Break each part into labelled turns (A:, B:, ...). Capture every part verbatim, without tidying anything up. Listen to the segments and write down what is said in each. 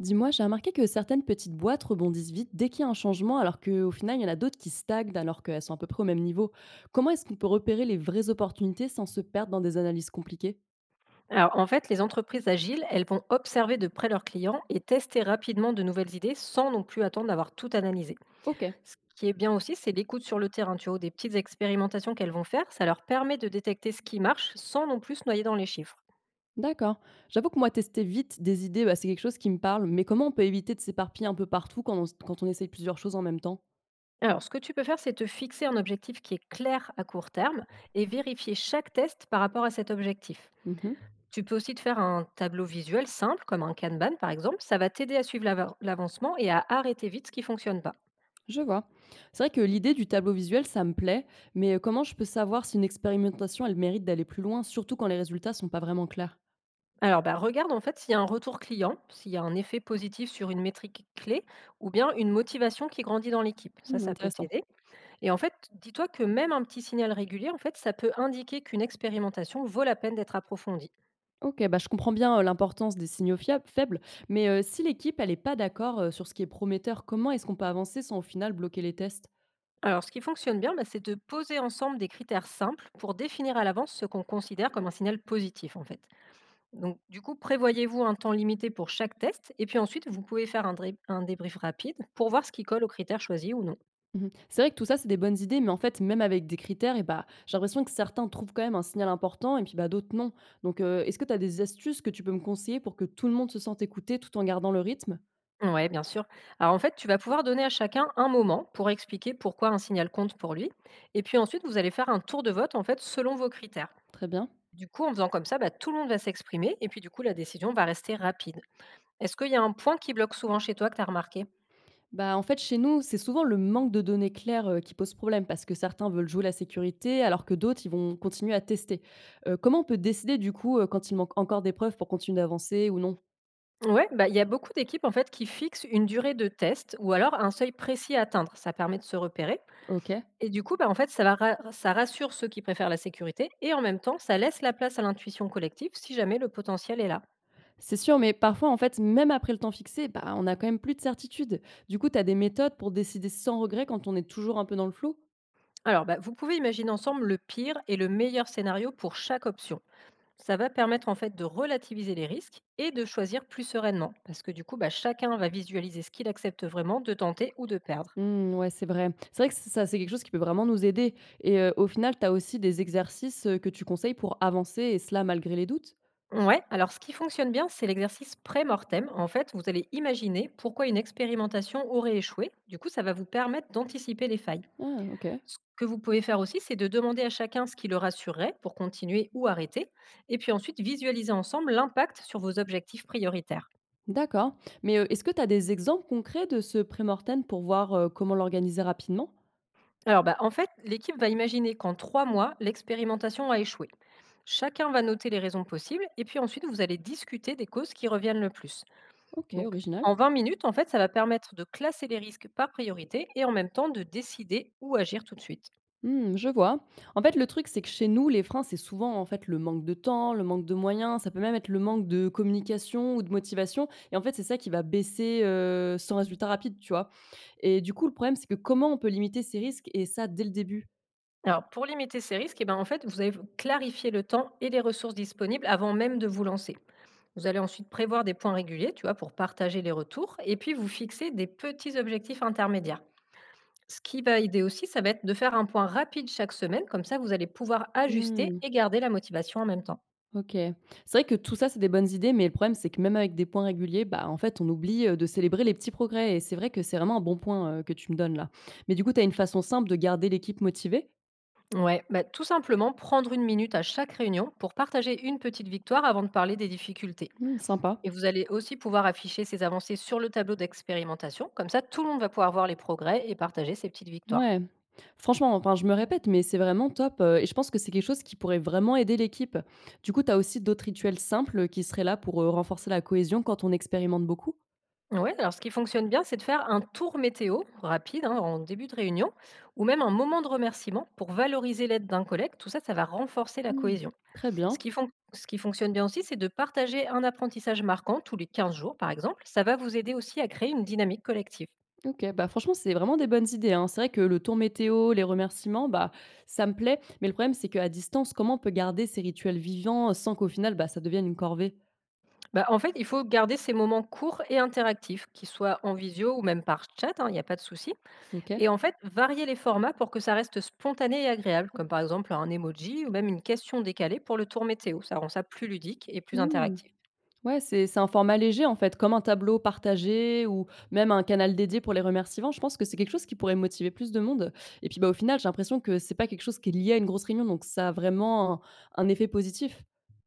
A: Dis-moi, j'ai remarqué que certaines petites boîtes rebondissent vite dès qu'il y a un changement, alors qu'au final, il y en a d'autres qui stagnent alors qu'elles sont à peu près au même niveau. Comment est-ce qu'on peut repérer les vraies opportunités sans se perdre dans des analyses compliquées?
B: Alors, en fait, les entreprises agiles, elles vont observer de près leurs clients et tester rapidement de nouvelles idées sans non plus attendre d'avoir tout analysé.
A: Ok,
B: Ce qui est bien aussi, c'est l'écoute sur le terrain. Tu vois, des petites expérimentations qu'elles vont faire, ça leur permet de détecter ce qui marche sans non plus se noyer dans les chiffres.
A: d'accord. J'avoue que moi, tester vite des idées, bah, c'est quelque chose qui me parle, mais comment on peut éviter de s'éparpiller un peu partout quand on, quand on essaye plusieurs choses en même temps?
B: Alors, ce que tu peux faire, c'est te fixer un objectif qui est clair à court terme et vérifier chaque test par rapport à cet objectif.
A: Mhm,
B: Tu peux aussi te faire un tableau visuel simple, comme un Kanban par exemple. Ça va t'aider à suivre l'ava- l'avancement et à arrêter vite ce qui ne fonctionne pas.
A: je vois. C'est vrai que l'idée du tableau visuel, ça me plaît, mais comment je peux savoir si une expérimentation, elle mérite d'aller plus loin, surtout quand les résultats sont pas vraiment clairs?
B: Alors, bah, regarde en fait s'il y a un retour client, s'il y a un effet positif sur une métrique clé ou bien une motivation qui grandit dans l'équipe. Ça,
A: Hmm,
B: ça peut
A: intéressant.
B: t'aider. Et en fait, dis-toi que même un petit signal régulier, en fait, ça peut indiquer qu'une expérimentation vaut la peine d'être approfondie.
A: OK, bah, je comprends bien, heu, l'importance des signaux fiables faibles, mais heu, si l'équipe elle est pas d'accord, heu, sur ce qui est prometteur, comment est-ce qu'on peut avancer sans au final bloquer les tests?
B: Alors, ce qui fonctionne bien, bah, c'est de poser ensemble des critères simples pour définir à l'avance ce qu'on considère comme un signal positif, en fait. Donc, du coup, prévoyez-vous un temps limité pour chaque test et puis ensuite, vous pouvez faire un, dré- un débrief rapide pour voir ce qui colle aux critères choisis ou non.
A: Mmh. C'est vrai que tout ça, c'est des bonnes idées, mais en fait, même avec des critères et bah, j'ai l'impression que certains trouvent quand même un signal important et puis, bah, d'autres non. Donc heu, est-ce que tu as des astuces que tu peux me conseiller pour que tout le monde se sente écouté tout en gardant le rythme?
B: Ouais, bien sûr. Alors en fait, tu vas pouvoir donner à chacun un moment pour expliquer pourquoi un signal compte pour lui. Et puis ensuite, vous allez faire un tour de vote en fait selon vos critères.
A: Très bien.
B: Du coup, en faisant comme ça, bah, tout le monde va s'exprimer et puis du coup, la décision va rester rapide. Est-ce qu'il y a un point qui bloque souvent chez toi que tu as remarqué?
A: Bah, en fait, chez nous, c'est souvent le manque de données claires euh, qui pose problème parce que certains veulent jouer la sécurité alors que d'autres, ils vont continuer à tester. Euh, comment on peut décider du coup euh, quand il manque encore des preuves pour continuer d'avancer ou non?
B: Ouais, bah, il y a beaucoup d'équipes en fait qui fixent une durée de test ou alors un seuil précis à atteindre. Ça permet de se repérer.
A: Ok.
B: Et du coup, bah, en fait, ça, va ra- ça rassure ceux qui préfèrent la sécurité et en même temps, ça laisse la place à l'intuition collective si jamais le potentiel est là.
A: C'est sûr, mais parfois, en fait, même après le temps fixé, bah, on n'a quand même plus de certitude. Du coup, tu as des méthodes pour décider sans regret quand on est toujours un peu dans le flou?
B: Alors, bah, vous pouvez imaginer ensemble le pire et le meilleur scénario pour chaque option. Ça va permettre en fait de relativiser les risques et de choisir plus sereinement, parce que du coup, bah, chacun va visualiser ce qu'il accepte vraiment de tenter ou de perdre.
A: Hmm, ouais, c'est vrai. C'est vrai que ça, c'est quelque chose qui peut vraiment nous aider. Et euh, au final, tu as aussi des exercices euh, que tu conseilles pour avancer, et cela malgré les doutes.
B: Ouais, alors ce qui fonctionne bien, c'est l'exercice pré-mortem. En fait, vous allez imaginer pourquoi une expérimentation aurait échoué. Du coup, ça va vous permettre d'anticiper les failles.
A: Ah, ok.
B: Ce que vous pouvez faire aussi, c'est de demander à chacun ce qui le rassurerait pour continuer ou arrêter, et puis ensuite visualiser ensemble l'impact sur vos objectifs prioritaires.
A: D'accord. Mais, heu, est-ce que tu as des exemples concrets de ce pré-mortem pour voir, heu, comment l'organiser rapidement?
B: Alors, bah, en fait, l'équipe va imaginer qu'en trois mois, l'expérimentation a échoué. Chacun va noter les raisons possibles et puis ensuite, vous allez discuter des causes qui reviennent le plus.
A: OK,
B: Donc,
A: original.
B: en vingt minutes, en fait, ça va permettre de classer les risques par priorité et en même temps de décider où agir tout de suite.
A: Mmh, je vois. En fait, le truc, c'est que chez nous, les freins, c'est souvent, en fait, le manque de temps, le manque de moyens, ça peut même être le manque de communication ou de motivation et en fait, c'est ça qui va baisser, heu, sans résultat rapide, tu vois? Et du coup, le problème, c'est que comment on peut limiter ces risques et ça dès le début?
B: Alors, pour limiter ces risques, eh ben, en fait, vous allez clarifier le temps et les ressources disponibles avant même de vous lancer. Vous allez ensuite prévoir des points réguliers, tu vois, pour partager les retours et puis vous fixer des petits objectifs intermédiaires. Ce qui va aider aussi, ça va être de faire un point rapide chaque semaine, comme ça vous allez pouvoir ajuster
A: Mmh.
B: et garder la motivation en même temps.
A: OK. C'est vrai que tout ça, c'est des bonnes idées, mais le problème, c'est que même avec des points réguliers, bah, en fait, on oublie euh, de célébrer les petits progrès. Et c'est vrai que c'est vraiment un bon point euh, que tu me donnes là. Mais du coup, tu as une façon simple de garder l'équipe motivée?
B: Ouais, bah, tout simplement prendre une minute à chaque réunion pour partager une petite victoire avant de parler des difficultés.
A: Mmh, sympa.
B: Et vous allez aussi pouvoir afficher ces avancées sur le tableau d'expérimentation, comme ça tout le monde va pouvoir voir les progrès et partager ses petites victoires.
A: Ouais. Franchement, enfin, je me répète, mais c'est vraiment top. Euh, et je pense que c'est quelque chose qui pourrait vraiment aider l'équipe. Du coup, tu as aussi d'autres rituels simples qui seraient là pour euh, renforcer la cohésion quand on expérimente beaucoup?
B: Oui, alors ce qui fonctionne bien, c'est de faire un tour météo rapide hein, en début de réunion, ou même un moment de remerciement pour valoriser l'aide d'un collègue. Tout ça, ça va renforcer la
A: Mmh,
B: cohésion.
A: très
B: Ce
A: bien.
B: qui fonc ce qui fonctionne bien aussi, c'est de partager un apprentissage marquant tous les quinze jours, par exemple. Ça va vous aider aussi à créer une dynamique collective.
A: OK, bah, franchement, c'est vraiment des bonnes idées, hein. C'est vrai que le tour météo, les remerciements, bah, ça me plaît. Mais le problème, c'est qu'à distance, comment on peut garder ces rituels vivants sans qu'au final, bah, ça devienne une corvée?
B: Bah, en fait, il faut garder ces moments courts et interactifs, qu'ils soient en visio ou même par chat, hein, il n'y a pas de souci.
A: OK.
B: Et en fait, varier les formats pour que ça reste spontané et agréable, comme par exemple un emoji ou même une question décalée pour le tour météo. Ça rend ça plus ludique et plus
A: Mmh.
B: interactif.
A: Ouais, c'est c'est un format léger, en fait, comme un tableau partagé ou même un canal dédié pour les remerciements. Je pense que c'est quelque chose qui pourrait motiver plus de monde. Et puis, bah, au final, j'ai l'impression que c'est pas quelque chose qui est lié à une grosse réunion, donc ça a vraiment un un effet positif.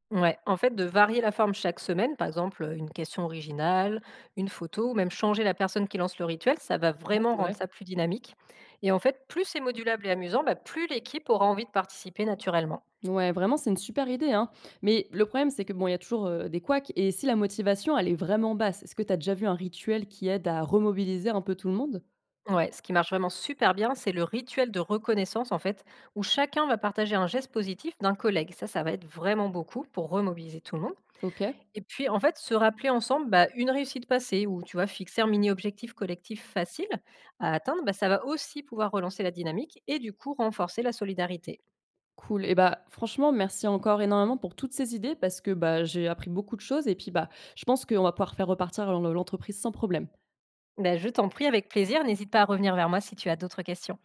B: Ouais, en fait, de varier la forme chaque semaine, par exemple euh, une question originale, une photo, ou même changer la personne qui lance le rituel, ça va
A: Ouais,
B: vraiment
A: c'est
B: rendre
A: vrai.
B: ça plus dynamique. Et en fait, plus c'est modulable et amusant, bah, plus l'équipe aura envie de participer naturellement.
A: Ouais, vraiment, c'est une super idée, hein. Mais le problème, c'est que bon, il y a toujours euh, des couacs. Et si la motivation, elle est vraiment basse, est-ce que tu as déjà vu un rituel qui aide à remobiliser un peu tout le monde?
B: Ouais, ce qui marche vraiment super bien, c'est le rituel de reconnaissance, en fait, où chacun va partager un geste positif d'un collègue. Ça, ça va être vraiment beaucoup pour remobiliser tout le monde.
A: Ok,
B: Et puis, en fait, se rappeler ensemble, bah, une réussite passée ou tu vois, fixer un mini-objectif collectif facile à atteindre, bah, ça va aussi pouvoir relancer la dynamique et du coup renforcer la solidarité.
A: cool. Et bah, franchement, merci encore énormément pour toutes ces idées parce que bah, j'ai appris beaucoup de choses et puis bah, je pense qu'on va pouvoir faire repartir l'en- l'entreprise sans problème.
B: Bah, je t'en prie avec plaisir, n'hésite pas à revenir vers moi si tu as d'autres questions.